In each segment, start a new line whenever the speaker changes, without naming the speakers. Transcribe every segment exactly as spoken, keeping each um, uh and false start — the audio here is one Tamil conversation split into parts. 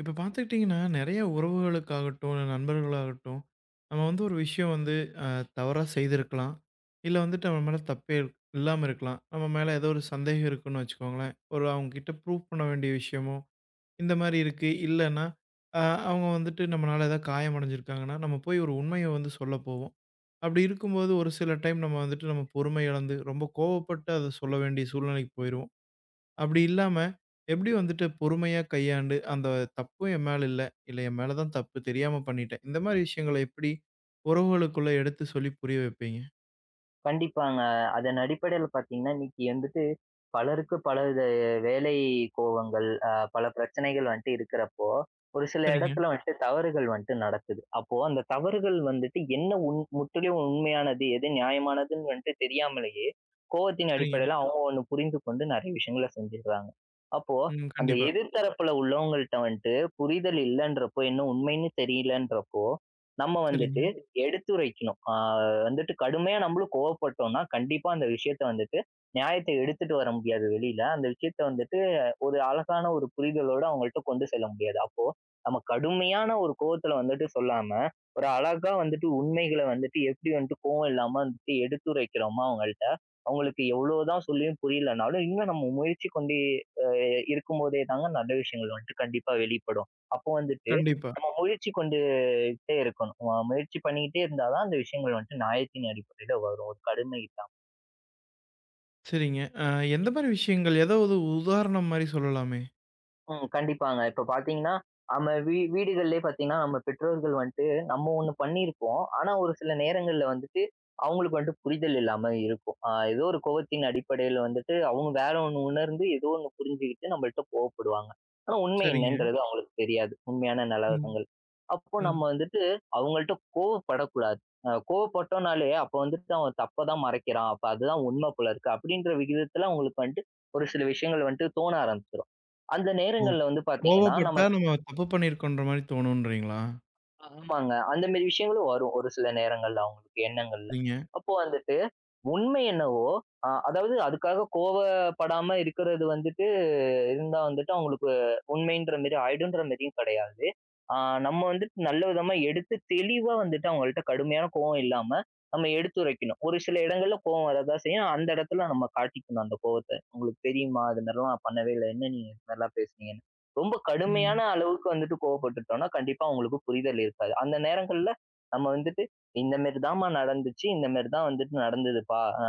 இப்ப பார்த்துக்கிட்டிங்கன்னா, நெறைய உறவுகளுக்காகட்டும், இல்ல நண்பர்களாகட்டும், நம்ம வந்து ஒரு விஷயம் வந்து அ தவறா செய்திருக்கலாம். இல்ல வந்துட்டு நம்ம மேல தப்பே இல்லாம இருக்கலாம். நம்ம மேல ஏதோ ஒரு சந்தேகம் இருக்குன்னு வச்சுக்கோங்களேன். ஒரு அவங்ககிட்ட ப்ரூவ் பண்ண வேண்டிய விஷயமோ, இந்த மாரி இருக்கு. இல்லன்னா, அ அவங்க வந்துட்டு நம்மனால ஏதாவது காயம் அடைஞ்சிருக்காங்கன்னா, நம்ம போய் ஒரு உண்மைய வந்து சொல்ல போவோம். அப்படி இருக்கும்போது ஒரு சில டைம் நம்ம வந்துட்டு நம்ம பொறுமை இழந்து, ரொம்ப கோவப்பட்டு அத சொல்ல வேண்டிய சூழ்நிலைக்கு போயிருவோம். அப்படி இல்லாம, எப்படி வந்துட்டு பொறுமையா கையாண்டு, அந்த தப்பும் என் மேல இல்ல. இல்ல என் மேல தான் தப்பு தெரியாம பண்ணிட்டேன். இந்த மாரி விஷயங்கள எப்படி உறவுகளுக்குள்ள எடுத்து சொல்லி புரிய வைப்பீங்க?
கண்டிப்பாங்க. அதன் அடிப்படையில பார்த்தீங்கன்னா, இன்னைக்கு வந்துட்டு பலருக்கு பலவித வேலை கோவங்கள், அ பல பிரச்சனைகள் வந்துட்டு இருக்கிறப்போ, ஒரு சில
சரிங்க,
இடத்துல வந்துட்டு தவறுகள் வந்துட்டு நடக்குது. அப்போ அந்த தவறுகள் வந்துட்டு என்ன உண் முற்றிலும் உண்மையானது, எது நியாயமானதுன்னு வந்துட்டு தெரியாமலேயே, கோவத்தின்
சரிங்க.
அடிப்படையில அவங்க ஒண்ணு புரிந்து கொண்டு நெறைய விஷயங்கள செஞ்சுடுறாங்க. அப்போ
ம்.
அந்த
கண்டிப்பா.
எதிர்த்தரப்புல உள்ளவங்கள்ட்ட வந்துட்டு புரிதல் இல்லன்றப்போ, என்ன உண்மைன்னு தெரியலன்றப்போ, நம்ம
சரிங்க.
வந்துட்டு எடுத்துரைக்கணும். ஆ வந்துட்டு கடுமையா நம்மளும் கோவப்பட்டோம்னா, கண்டிப்பா அந்த விஷயத்த வந்துட்டு நியாயத்த எடுத்துட்டு வர முடியாது வெளியில. அந்த விஷயத்த வந்துட்டு ஒரு அழகான ஒரு புரிதலோட அவங்கள்ட்ட கொண்டு செல்ல முடியாது. அப்போ நம்ம கடுமையான ஒரு கோவத்துல வந்துட்டு சொல்லாம, ஒரு அழகா வந்துட்டு உண்மைகள வந்துட்டு எப்படி வந்துட்டு கோவம் இல்லாம வந்துட்டு எடுத்துரைக்கிறோமோ அவங்கள்ட்ட, அவங்களுக்கு எவ்வளோதான் சொல்லியும் புரியலனாலும், இன்னும் நம்ம முயற்சி கொண்டே அ இருக்கும்போதே தாங்க நல்ல விஷயங்கள் வந்துட்டு கண்டிப்பா வெளிப்படும். அப்போ வந்துட்டு
கண்டிப்பா.
நம்ம முயற்சி கொண்டுட்டே இருக்கணும். அ முயற்சி பண்ணிக்கிட்டே இருந்தா தான் அந்த விஷயங்கள் வந்துட்டு நியாயத்தின் அடிப்படையில வரும். ஒரு கடுமை
சரிங்க. அ எந்த மாரி விஷயங்கள்? ஏதாவது உதாரணம் மாரி சொல்லலாமே?
ம். கண்டிப்பாங்க. இப்ப பார்த்தீங்கன்னா, நம்ம வீ வீடுகள்லயே பார்த்தீங்கன்னா, நம்ம பெற்றோர்கள் வந்துட்டு நம்ம ஒண்ணு பண்ணியிருப்போம். ஆனா, ஒரு சில நேரங்கள்ல வந்துட்டு அவங்களுக்கு வந்துட்டு புரிதல் இல்லாம இருக்கும். அ ஏதோ ஒரு கோவத்தின் அடிப்படையில வந்துட்டு அவங்க வேற ஒண்ணு உணர்ந்து ஏதோ ஒண்ணு புரிஞ்சுகிட்டு நம்மள்ட்ட கோவப்படுவாங்க. ஆனா, உண்மை
சரிங்க.
என்னன்றது அவங்களுக்கு தெரியாது. உண்மையான
ம்.
நிலவரங்கள். அப்போ
ம்.
நம்ம வந்துட்டு அவங்கள்ட்ட கோவப்படக்கூடாது. அ கோவப்பட்டோம்னாலே அப்ப வந்துட்டு அவன் தப்ப தான் மறைக்கிறான். அப்ப அதுதான் உண்மை போல இருக்கு. அப்படின்ற விகிதத்துல அவங்களுக்கு வந்துட்டு ஒரு சில விஷயங்கள் வந்துட்டு தோண ஆரம்பிச்சிரும். அந்த
ஓ!
நேரங்கள்ல வந்து பார்த்தீங்கன்னா,
கோவப்பட்டா
நம்ம
நம்ம தப்பு பண்ணியிருக்கோன்ற மாரி தோணுன்றீங்களா?
ஆமாங்க. அந்த மாரி விஷயங்களும் வரும். ஒரு சில நேரங்கள்ல அவங்களுக்கு எண்ணங்கள்ல.
சரிங்க.
அப்போ வந்துட்டு உண்மை என்னவோ, அ அதாவது அதுக்காக கோவப்படாம இருக்கிறது வந்துட்டு, இருந்தா வந்துட்டு அவங்களுக்கு உண்மைன்ற மாரி ஆயிடுன்ற மாரியும் கிடையாது. ஆ நம்ம வந்துட்டு நல்ல விதமா எடுத்து தெளிவா வந்துட்டு அவங்கள்ட்ட கடுமையான கோவம் இல்லாம, நம்ம எடுத்துரைக்கணும். ஒரு சில இடங்கள்ல கோவம் வரதான் செய்யும். அந்த இடத்துல நம்ம காட்டிக்கணும் அந்த கோவத்த. "உங்களுக்கு தெரியுமா? இது மாரிலாம் நான் பண்ணவே இல்ல. என்ன நீங்க இது மாரிலாம் பேசுனீங்கன்னு." ரொம்ப
ம்.
கடுமையான அளவுக்கு வந்துட்டு கோவப்பட்டுட்டோம்னா, கண்டிப்பா அவங்களுக்கு புரிதல் இருக்காது. அந்த நேரங்கள்ல நம்ம வந்துட்டு இந்த மாரி தாம்மா நடந்துச்சு. இந்த மாரி தான் வந்துட்டு நடந்ததுப்பா. அ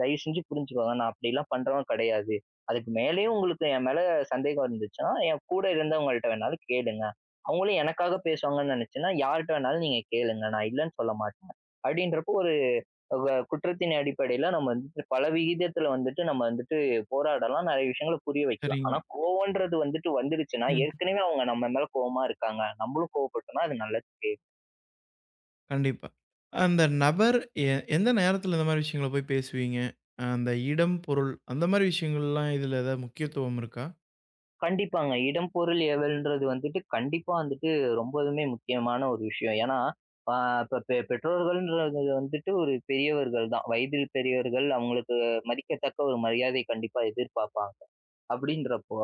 தயவு செஞ்சு புரிஞ்சுக்கோங்க. நான் அப்படிலாம் பண்றவன் கிடையாது. அதுக்கு மேலேயும் உங்களுக்கு என் மேல சந்தேகம் இருந்துச்சுன்னா, என் கூட இருந்தவங்கள்ட்ட வேணாலும் கேளுங்க. அவங்களும் எனக்காக பேசுவாங்கன்னு நினைச்சேன்னா, யார்ட்ட வேணாலும் நீங்க கேளுங்க. நான் இல்லன்னு சொல்ல மாட்டேன். அப்படின்றப்போ ஒரு வ குற்றத்தின் அடிப்படையில நம்ம வந்துட்டு பல விகிதத்துல வந்துட்டு நம்ம வந்துட்டு போராடலாம். நிறைய விஷயங்கள புரிய வைக்கலாம்.
சரிங்க.
ஆனா கோவம்ன்றது வந்துட்டு வந்துருச்சுன்னா,
ம்.
ஏற்கனவே அவங்க நம்ம மேல கோவமா இருக்காங்க. நம்மளும் கோவப்பட்டோம்னா அது நல்லது
கண்டிப்பா. அந்த நபர் எ எந்த நேரத்துல இந்த மாரி விஷயங்கள போய் பேசுவீங்க? அந்த இடம், பொருள் அந்த மாரி விஷயங்கள்லாம் இதுல ஏதாவது முக்கியத்துவம் இருக்கா?
கண்டிப்பாங்க. இடம், பொருள், ஏவல்ன்றது வந்துட்டு கண்டிப்பா வந்துட்டு ரொம்பவுமே முக்கியமான ஒரு விஷயம். ஏன்னா, ஆ இப்ப பெ பெற்றோர்கள்ன்றது வந்துட்டு ஒரு பெரியவர்கள் தான். வயதில் பெரியவர்கள். அவங்களுக்கு மதிக்கத்தக்க ஒரு மரியாதை கண்டிப்பா எதிர்பார்ப்பாங்க. அப்படின்றப்போ,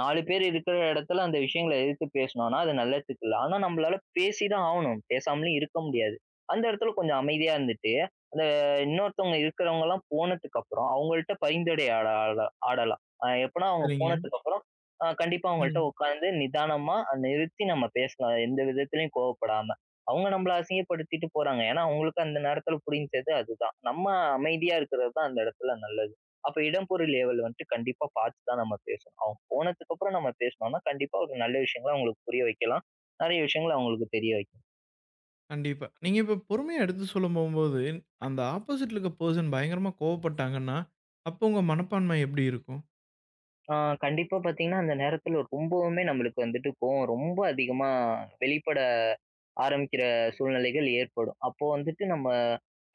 நாலு பேர் இருக்கிற இடத்துல அந்த விஷயங்கள எதிர்த்து பேசுனோம்னா, அது நல்லதுக்கு இல்ல. ஆனா நம்மளால பேசி தான் ஆவணும். பேசாமலும் இருக்க முடியாது. அந்த இடத்துல கொஞ்சம் அமைதியா இருந்துட்டு, அந்த இன்னொருத்தவங்க இருக்கிறவங்கலாம் போனதுக்கப்புறம், அவங்கள்ட்ட பரிந்துரை ஆட ஆட ஆடலாம். அ எப்பன்னா அவங்க
சரிங்க.
போனதுக்கப்புறம் அ கண்டிப்பா அவங்கள்ட்ட
ம்.
உட்கார்ந்து நிதானமா நிறுத்தி நம்ம பேசலாம். எந்த விதத்திலயும் கோவப்படாம. அவங்க நம்மள அசிங்கப்படுத்திட்டு போறாங்க. ஏன்னா, அவங்களுக்கு அந்த நேரத்துல புரிஞ்சது அதுதான். நம்ம அமைதியா இருக்கிறது தான் அந்த இடத்துல நல்லது. அப்ப இடம்பொருள் ஏவல் வந்துட்டு கண்டிப்பா பார்த்து தான் நம்ம பேசணும். அவங்க போனதுக்கு அப்புறம் நம்ம பேசினோம்னா, கண்டிப்பா ஒரு நல்ல விஷயங்கள அவங்களுக்கு புரிய வைக்கலாம். நெறைய விஷயங்கள அவங்களுக்கு தெரிய வைக்கலாம்.
கண்டிப்பா. நீங்க இப்ப பொறுமையா எடுத்து சொல்ல போம்போது, அந்த ஆப்போசிட்ல இருக்க பெர்சன் பயங்கரமா கோவப்பட்டாங்கன்னா, அப்போ உங்க மனப்பான்மை எப்படி இருக்கும்?
ஆ கண்டிப்பா பார்த்தீங்கன்னா, அந்த நேரத்துல ரொம்பவுமே நம்மளுக்கு வந்துட்டு கோவம் ரொம்ப அதிகமா வெளிப்பட ஆரம்பிக்கிற சூழ்நிலைகள் ஏற்படும். அப்போ வந்துட்டு நம்ம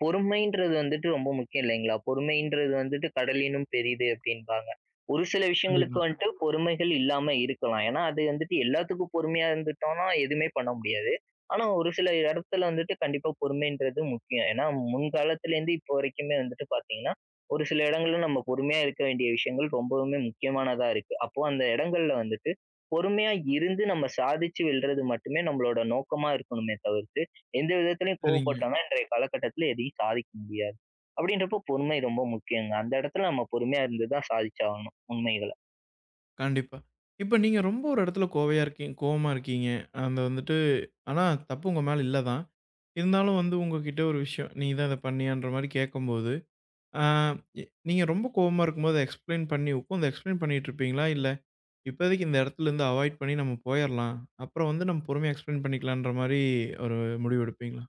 பொறுமைன்றது வந்துட்டு ரொம்ப முக்கியம் இல்லைங்களா? பொறுமைன்றது வந்துட்டு கடலினும் பெரிது அப்படின்பாங்க. ஒரு சில விஷயங்களுக்கு
கண்டிப்பா.
வந்துட்டு பொறுமைகள் இல்லாம இருக்கலாம். ஏன்னா, அது வந்துட்டு எல்லாத்துக்கும் பொறுமையா இருந்துட்டோம்னா எதுவுமே பண்ண முடியாது. ஆனா, ஒரு சில இடத்துல வந்துட்டு கண்டிப்பா பொறுமைன்றது முக்கியம். ஏன்னா, முன்காலத்துலேருந்து இப்போ வரைக்குமே வந்துட்டு பார்த்தீங்கன்னா ஒரு சில இடங்கள்ல நம்ம பொறுமையா இருக்க வேண்டிய விஷயங்கள் ரொம்பவுமே முக்கியமானதா இருக்கு. அப்போ அந்த இடங்கள்ல வந்துட்டு பொறுமையா இருந்து நம்ம சாதிச்சு வெல்றது மட்டுமே நம்மளோட நோக்கமா இருக்கணுமே தவிர்த்து, எந்த விதத்திலயும்
சரிங்க.
கோவப்பட்டோம்னா இன்றைய காலகட்டத்தில எதையும் சாதிக்க முடியாது. அப்படின்றப்போ பொறுமை ரொம்ப முக்கியங்க. அந்த இடத்துல நம்ம பொறுமையா இருந்து தான் சாதிச்சாகணும் உண்மைகள.
கண்டிப்பா. இப்ப நீங்க ரொம்ப ஒரு இடத்துல கோவையா இருக்கீங்க கோவமா இருக்கீங்க. அந்த வந்துட்டு ஆனா தப்பு உங்க மேல இல்ல தான். இருந்தாலும் வந்து உங்ககிட்ட ஒரு விஷயம், "நீ தான் இத பண்ணியான்ற" மாரி கேட்கும்போது ஆ எ நீங்க ரொம்ப கோவமா இருக்கும்போது எக்ஸ்ப்ளைன் பண்ணி உட்காந்து எக்ஸ்ப்ளைன் பண்ணிட்டுருப்பீங்களா? இல்ல இப்போதைக்கு இந்த இடத்துலருந்து அவாய்ட் பண்ணி நம்ம போயிரலாம். அப்புறம் வந்து நம்ம பொறுமையா எக்ஸ்ப்ளைன் பண்ணிக்கலான்ற மாரி ஒரு முடிவு எடுப்பீங்களா?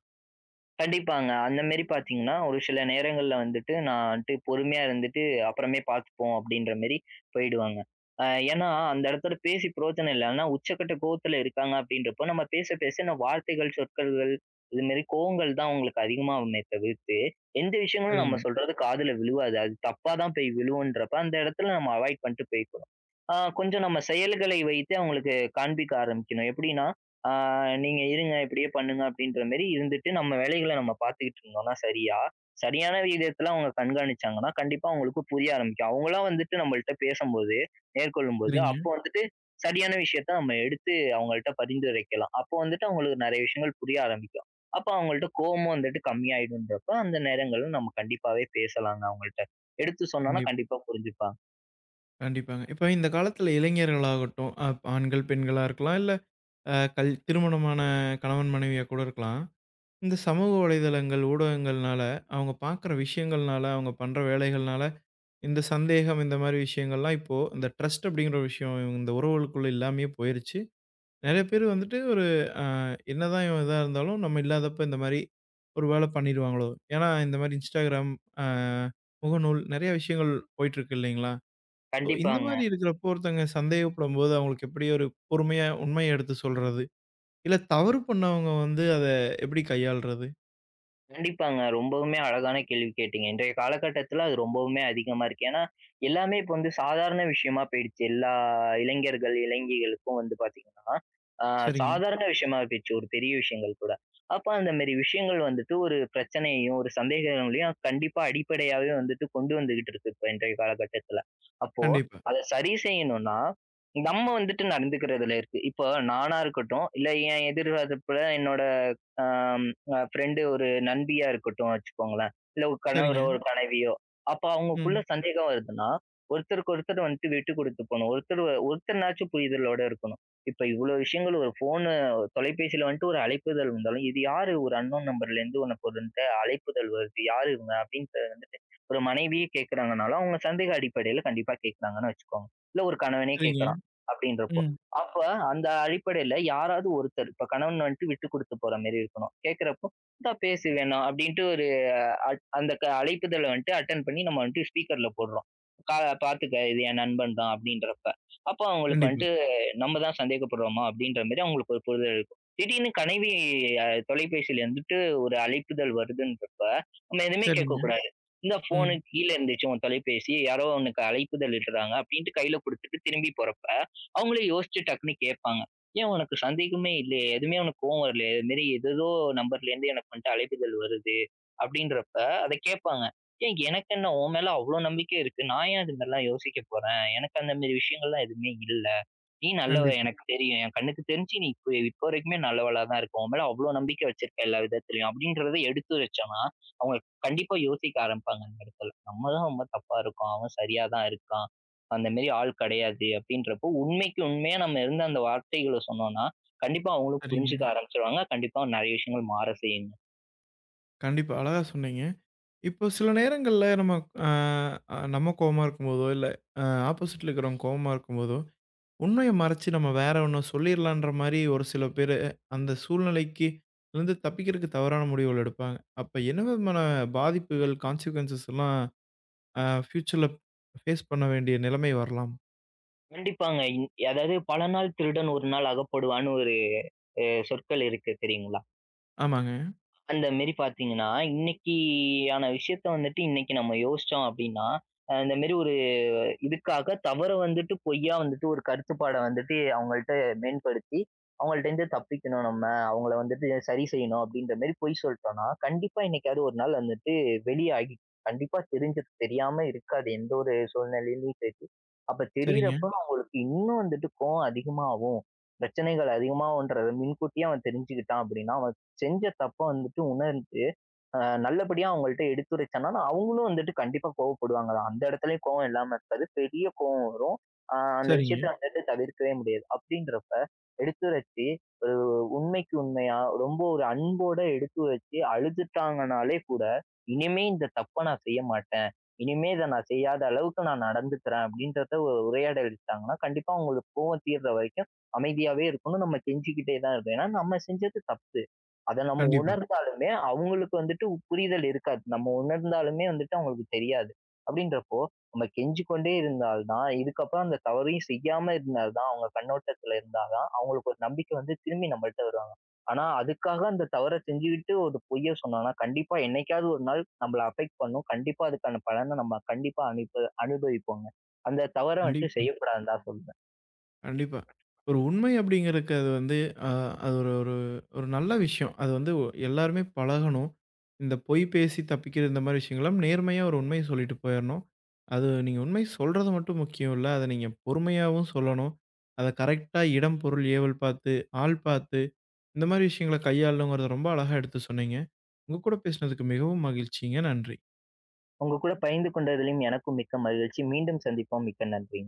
கண்டிப்பாங்க. அந்த மாரி பார்த்தீங்கன்னா, ஒரு சில நேரங்கள்ல வந்துட்டு, நான் வந்துட்டு பொறுமையா இருந்துட்டு, அப்புறமே பார்த்துப்போம் அப்படின்ற மாரி போயிடுவாங்க. அ ஏன்னா, அந்த இடத்துல பேசி பிரோஜனம் இல்ல. ஆனா, உச்சக்கட்ட கோவத்துல இருக்காங்க அப்படின்றப்போ, நம்ம பேச பேச நம்ம வார்த்தைகள், சொற்கள்கள் இது மாரி கோவங்கள் தான் அவங்களுக்கு அதிகமாகுமே தவிர்த்து, எந்த விஷயங்களும்
சரிங்க,
நம்ம சொல்றது காதுல விழுவாது. அது தப்பா தான் போய் விழுவுன்றப்ப, அந்த இடத்துல நம்ம அவாய்ட் பண்ணிட்டு போய்க்கணும். ஆ கொஞ்சம் நம்ம செயல்களை வைத்து அவங்களுக்கு காண்பிக்க ஆரம்பிக்கணும். எப்படின்னா, ஆ நீங்க இருங்க, இப்படியே பண்ணுங்க அப்படின்ற மாரி இருந்துட்டு, நம்ம வேலைகள நம்ம பார்த்துக்கிட்டு இருந்தோம்னா சரியா, சரியான விகிதத்துல அவங்க கண்காணிச்சாங்கன்னா, கண்டிப்பா அவங்களுக்கு புரிய ஆரம்பிக்கும். அவங்களா வந்துட்டு நம்மள்ட்ட பேசம்போது, மேற்கொள்ளும்போது,
சரிங்க.
அப்போ வந்துட்டு சரியான விஷயத்த நம்ம எடுத்து அவங்கள்ட்ட பரிந்துரைக்கலாம். அப்போ வந்துட்டு அவங்களுக்கு நெறைய விஷயங்கள் புரிய ஆரம்பிக்கும். அப்போ அவங்கள்ட்ட கோவமும் வந்துட்டு கம்மியாயிடும்ன்றப்ப, அந்த நேரங்கள்ல நம்ம கண்டிப்பாவே பேசலாங்க அவங்கள்ட்ட. எடுத்து சொன்னோம்னா
கண்டிப்
கண்டிப்பா புரிஞ்சுப்பாங்க.
கண்டிப்பாங்க. இப்ப இந்த காலத்துல இளைஞர்களாகட்டும், அ ஆண்கள், பெண்களா இருக்கலாம். இல்ல அ கல் திருமணமான கணவன், மனைவியா கூட இருக்கலாம். இந்த சமூக வலைதளங்கள், ஊடகங்கள்னால அவங்க பார்க்குற விஷயங்கள்னால, அவங்க பண்ற வேலைகள்னால இந்த சந்தேகம் இந்த மாரி விஷயங்கள்லாம் இப்போ இந்த ட்ரஸ்ட் அப்படிங்கிற ஒரு விஷயம் இவங்க இந்த உறவுகளுக்குள்ள இல்லாமயே போயிருச்சு. நெறைய பேர் வந்துட்டு ஒரு அ என்னதான் இவன் இதா இருந்தாலும் நம்ம இல்லாதப்ப இந்த மாரி ஒரு வேல பண்ணிருவாங்களோ! ஏன்னா இந்த மாரி Instagram அ முகநூல் நெறைய விஷயங்கள் போயிட்டுருக்கு இல்லைங்களா? ஸோ இந்த
கண்டிப்பாங்க.
மாரி இருக்கிறப்போ ஒருத்தங்க சந்தேகப்படும்போது அவங்களுக்கு எப்படி ஒரு பொறுமையா உண்மைய எடுத்து சொல்றது? இல்ல தவறு பண்ணவங்க வந்து அத எப்படி கையாள்றது?
கண்டிப்பாங்க. ரொம்பவுமே அழகான கேள்வி கேட்டீங்க. இன்றைய காலகட்டத்தில அது ரொம்பவுமே அதிகமா இருக்கு. ஏன்னா, எல்லாமே இப்போ வந்து சாதாரண விஷயமா போயிடுச்சு. எல்லா இளைஞர்கள், இளைஞிகளுக்கும் வந்து பார்த்தீங்கன்னா, அ
சரிங்க.
சாதாரண விஷயமா போயிடுச்சு ஒரு பெரிய விஷயங்கள் கூட. அப்ப அந்த மாரி விஷயங்கள் வந்துட்டு ஒரு பிரச்சனையையும், ஒரு சந்தேகங்களையும் கண்டிப்பா அடிப்படையாவே வந்துட்டு கொண்டு வந்துகிட்டு இருக்கு இப்ப இன்றைய காலகட்டத்தில. அப்போ
கண்டிப்பா.
அத சரி செய்யணும்னா, நம்ம வந்துட்டு நடந்துக்கிறதுல இருக்கு. இப்போ நானா இருக்கட்டும், இல்ல என் எதிர் தரப்புல என்னோட அ அ ஃப்ரெண்டு ஒரு நண்பியா இருக்கட்டும் வச்சுக்கோங்களேன். இல்ல ஒரு
சரிங்க.
கணவரோ, ஒரு கணவியோ. அப்ப அவங்களுக்குள்ள
ம்.
சந்தேகம் வருதுன்னா, ஒருத்தருக்கு ஒருத்தர் வந்துட்டு விட்டு குடுத்து போணும். ஒருத்தர் ஒருத்தர்னாச்சும் புரிதலோட இருக்கணும். இப்ப இவ்ளோ விஷயங்கள் ஒரு ஃபோனு தொலைபேசியில வந்துட்டு ஒரு அழைப்புதல் வந்தாலும், இது யாரு ஒரு அன்னோன் நம்பர்லேருந்து உனக்கு ஒருன்ட்ட அழைப்புதல் வருது? யாரு இவங்க? அப்படின்ட்டு வந்துட்டு ஒரு மனைவியே கேட்கறாங்கனாலும், அவங்க சந்தேக அடிப்படையில கண்டிப்பா கேட்கறாங்கன்னு வச்சுக்கோங்க. இல்ல ஒரு கணவனே
சரிங்க.
கேட்கறான் அப்படின்றப்போ
ம்.
அப்ப அந்த அடிப்படையில யாராவது ஒருத்தர், இப்ப கணவன் வந்துட்டு விட்டு குடுத்து போற மாரி இருக்கணும். கேட்கிறப்போ, "இந்தா பேசு வேணாம்" அப்படின்ட்டு ஒரு அட் அந்த க அழைப்புதல வந்துட்டு அட்டெண்ட் பண்ணி நம்ம வந்துட்டு ஸ்பீக்கர்ல போடுறோம். "கா "பார்த்துக்க இது என் நண்பன் தான்" அப்படின்றப்ப. அப்போ அவங்களுக்கு
கண்டிப்பா.
வந்துட்டு நம்ம தான் சந்தேகப்படுறோமா அப்படின்ற மாரி அவங்களுக்கு ஒரு புரிதல் இருக்கும். திடீர்னு கணைவி அ தொலைபேசியில இருந்துட்டு ஒரு அழைப்புதல் வருதுன்றப்ப, நம்ம எதுவுமே
சரிங்க.
கேட்கக்கூடாது. இந்த
ம்.
ஃபோனுக்கு கீழ இருந்துச்சு உன் தொலைபேசி. யாரோ உனக்கு அழைப்புதல் இடுறாங்க அப்படின்ட்டு கையில குடுத்துட்டு திரும்பி போறப்ப. அவங்களே யோசிச்சு டக்குன்னு கேட்பாங்க. "ஏன் உனக்கு சந்தேகமே இல்லையே? எதுவுமே உனக்கு கோவம் வரலையா? இது மாரி ஏதேதோ நம்பர்லேருந்து எனக்கு வந்துட்டு அழைப்புகள் வருது." அப்படின்றப்ப அத கேட்பாங்க. "ஏன் எனக்கு என்ன உன் மேல அவ்ளோ நம்பிக்கை இருக்கு. நான் ஏன் அது மாரிலாம் யோசிக்க போறேன்? எனக்கு அந்த மாரி விஷயங்கள்லாம் எதுவுமே இல்ல." நீ நல்லவ
கண்டிப்பா.
எனக்கு தெரியும். என் கண்ணுக்கு தெரிஞ்சு நீ இப்ப இப்போ வரைக்குமே நல்லவளா தான் இருக்க. உன் மேல அவ்ளோ நம்பிக்கை வச்சிருக்க எல்லா விதத்திலயும். அப்படின்றத எடுத்து வச்சோம்னா, அவங்க கண்டிப்பா யோசிக்க ஆரம்பிப்பாங்க அந்த இடத்துல. நம்ம தான் ரொம்ப தப்பா இருக்கோம். அவன் சரியா தான் இருக்கான். அந்த மாரி ஆள் கிடையாது அப்படின்றப்போ, உண்மைக்கு உண்மையா நம்ம இருந்து அந்த வார்த்தைகள சொன்னோம்னா, கண்டிப்பா அவங்களும் புரிஞ்சுக்க
சரிங்க.
ஆரம்பிச்சுருவாங்க. கண்டிப்பா நெறைய விஷயங்கள் மாற செய்யுங்க.
கண்டிப்பா. அழகா சொன்னீங்க. இப்போ சில நேரங்கள்ல நம்ம அ அ நம்ம கோவமா இருக்கும்போதோ, இல்ல அ ஆப்போசிட்ல இருக்கிறவங்க கோவமா இருக்கும்போதோ, உண்மைய மறைச்சு நம்ம வேற ஒண்ணு சொல்லிர்லான்ற மாரி ஒரு சில பேரு அந்த சூழ்நிலைக்கு இருந்து தப்பிக்கிறதுக்கு தவறான முடிவுகள் எடுப்பாங்க. அப்ப என்ன விதமான பாதிப்புகள், கான்சிக்வென்ஸ் எல்லாம் அ ஃப்யூச்சர்ல ஃபேஸ் பண்ண வேண்டிய நிலைமை வரலாம்?
கண்டிப்பாங்க. இன் அதாவது பல நாள் திருடன் ஒரு நாள் அகப்படுவான்னு ஒரு அ சொற்கள் இருக்கு தெரியுங்களா?
ஆமாங்க.
அந்த மாரி பார்த்தீங்கன்னா, இன்னைக்கியான விஷயத்த வந்துட்டு இன்னைக்கு நம்ம யோசிச்சோம் அப்டின்னா, அ இந்த மாரி ஒரு இதுக்காக தவற வந்துட்டு பொய்யா வந்துட்டு ஒரு கருத்துப்பாட வந்துட்டு அவங்கள்ட்ட மேன்படுத்தி, அவங்கள்ட்டேருந்து தப்பிக்கணும் நம்ம. அவங்கள வந்துட்டு சரி செய்யணும் அப்டின்ற மாரி பொய் சொல்ட்டோம்னா, கண்டிப்பா என்னைக்காவது ஒரு நாள் வந்துட்டு வெளியாகி கண்டிப்பா தெரிஞ்சுரும். தெரியாம இருக்காது எந்த ஒரு சூழ்நிலையிலயும் சரி. அப்ப
சரிங்க,
தெரியிறப்ப அவங்களுக்கு இன்னும் வந்துட்டு கோவம் அதிகமாகும். பிரச்சனைகள் அதிகமாகுன்றத முன்கூட்டியே அவன் தெரிஞ்சுக்கிட்டான் அப்டின்னா, அவன் செஞ்ச தப்ப வந்துட்டு உணர்ந்து, அ நல்லபடியா அவங்கள்ட்ட எடுத்துரைச்சேன்னா, அவங்களும் வந்துட்டு கண்டிப்பா கோவப்படுவாங்க தான். அந்த இடத்துலயும் கோவம் இல்லாம இருக்காது. பெரிய கோவம் வரும். அ அந்த
சரிங்க.
விஷயத்த வந்துட்டு தவிர்க்கவே முடியாது. அப்படின்றப்ப எடுத்துரைச்சு, ஒரு உண்மைக்கு உண்மையா, ரொம்ப ஒரு அன்போட எடுத்துரைச்சு அழுதுட்டாங்கனாலே கூட, "இனிமே இந்த தப்ப நான் செய்ய மாட்டேன். இனிமே இத நான் செய்யாத அளவுக்கு நான் நடந்துக்கிறேன்." அப்படின்றத ஒரு உரையாடலிட்டாங்கன்னா, கண்டிப்பா அவங்களுக்கு கோவம் தீர்ற வரைக்கும் அமைதியாவே இருக்கணும். நம்ம கெஞ்சிக்கிட்டே தான் இருக்கணும். ஏன்னா நம்ம செஞ்சது தப்பு. அத நம்ம
கண்டிப்பா,
உணர்ந்தாலுமே, அவங்களுக்கு வந்துட்டு புரிதல் இருக்காது. நம்ம உணர்ந்தாலுமே வந்துட்டு அவங்களுக்கு தெரியாது. அப்படின்றப்போ, நம்ம கெஞ்சிக் கொண்டே இருந்தால் தான், இதுக்கப்புறம் அந்த தவறையும் செய்யாம இருந்தால் தான், அவங்க கண்ணோட்டத்துல இருந்தா தான், அவங்களுக்கு ஒரு நம்பிக்கை வந்து திரும்பி நம்மள்ட்ட வருவாங்க. ஆனா, அதுக்காக அந்த தவற செஞ்சுகிட்டு ஒரு பொய்ய சொன்னோம்னா, கண்டிப்பா என்னைக்காவது ஒரு நாள் நம்மள அஃபெக்ட் பண்ணும். கண்டிப்பா அதுக்கான பலன நம்ம கண்டிப்பா அனுப அனுபவிப்போங்க. அந்த தவற வந்துட்டு
கண்டிப்பா.
செய்யக்கூடாதுன்னு தான் சொல்வேன்.
கண்டிப்பா. ஒரு உண்மை அப்படிங்கிறதுக்கு அது வந்து அ அது ஒரு ஒரு ஒரு நல்ல விஷயம். அது வந்து ஒ- எல்லாருமே பழகணும். இந்த பொய் பேசி தப்பிக்கிற இந்த மாரி விஷயங்கள்லாம் நேர்மையா ஒரு உண்மைய சொல்லிட்டு போயிறணும். அது நீங்க உண்மை சொல்றது மட்டும் முக்கியம் இல்ல. அத நீங்க பொறுமையாவும் சொல்லணும். அத கரெக்ட்டா இடம், பொருள், ஏவல் பார்த்து, ஆள் பார்த்து இந்த மாரி விஷயங்கள கையாளணுங்கிறத ரொம்ப அழகா எடுத்து சொன்னீங்க. உங்க கூட பேசினதுக்கு மிகவும் மகிழ்ச்சிங்க. நன்றி.
உங்க கூட பகிர்ந்து கொண்டதிலும் எனக்கும் மிக்க மகிழ்ச்சி. மீண்டும் சந்திப்போம். மிக்க நன்றி.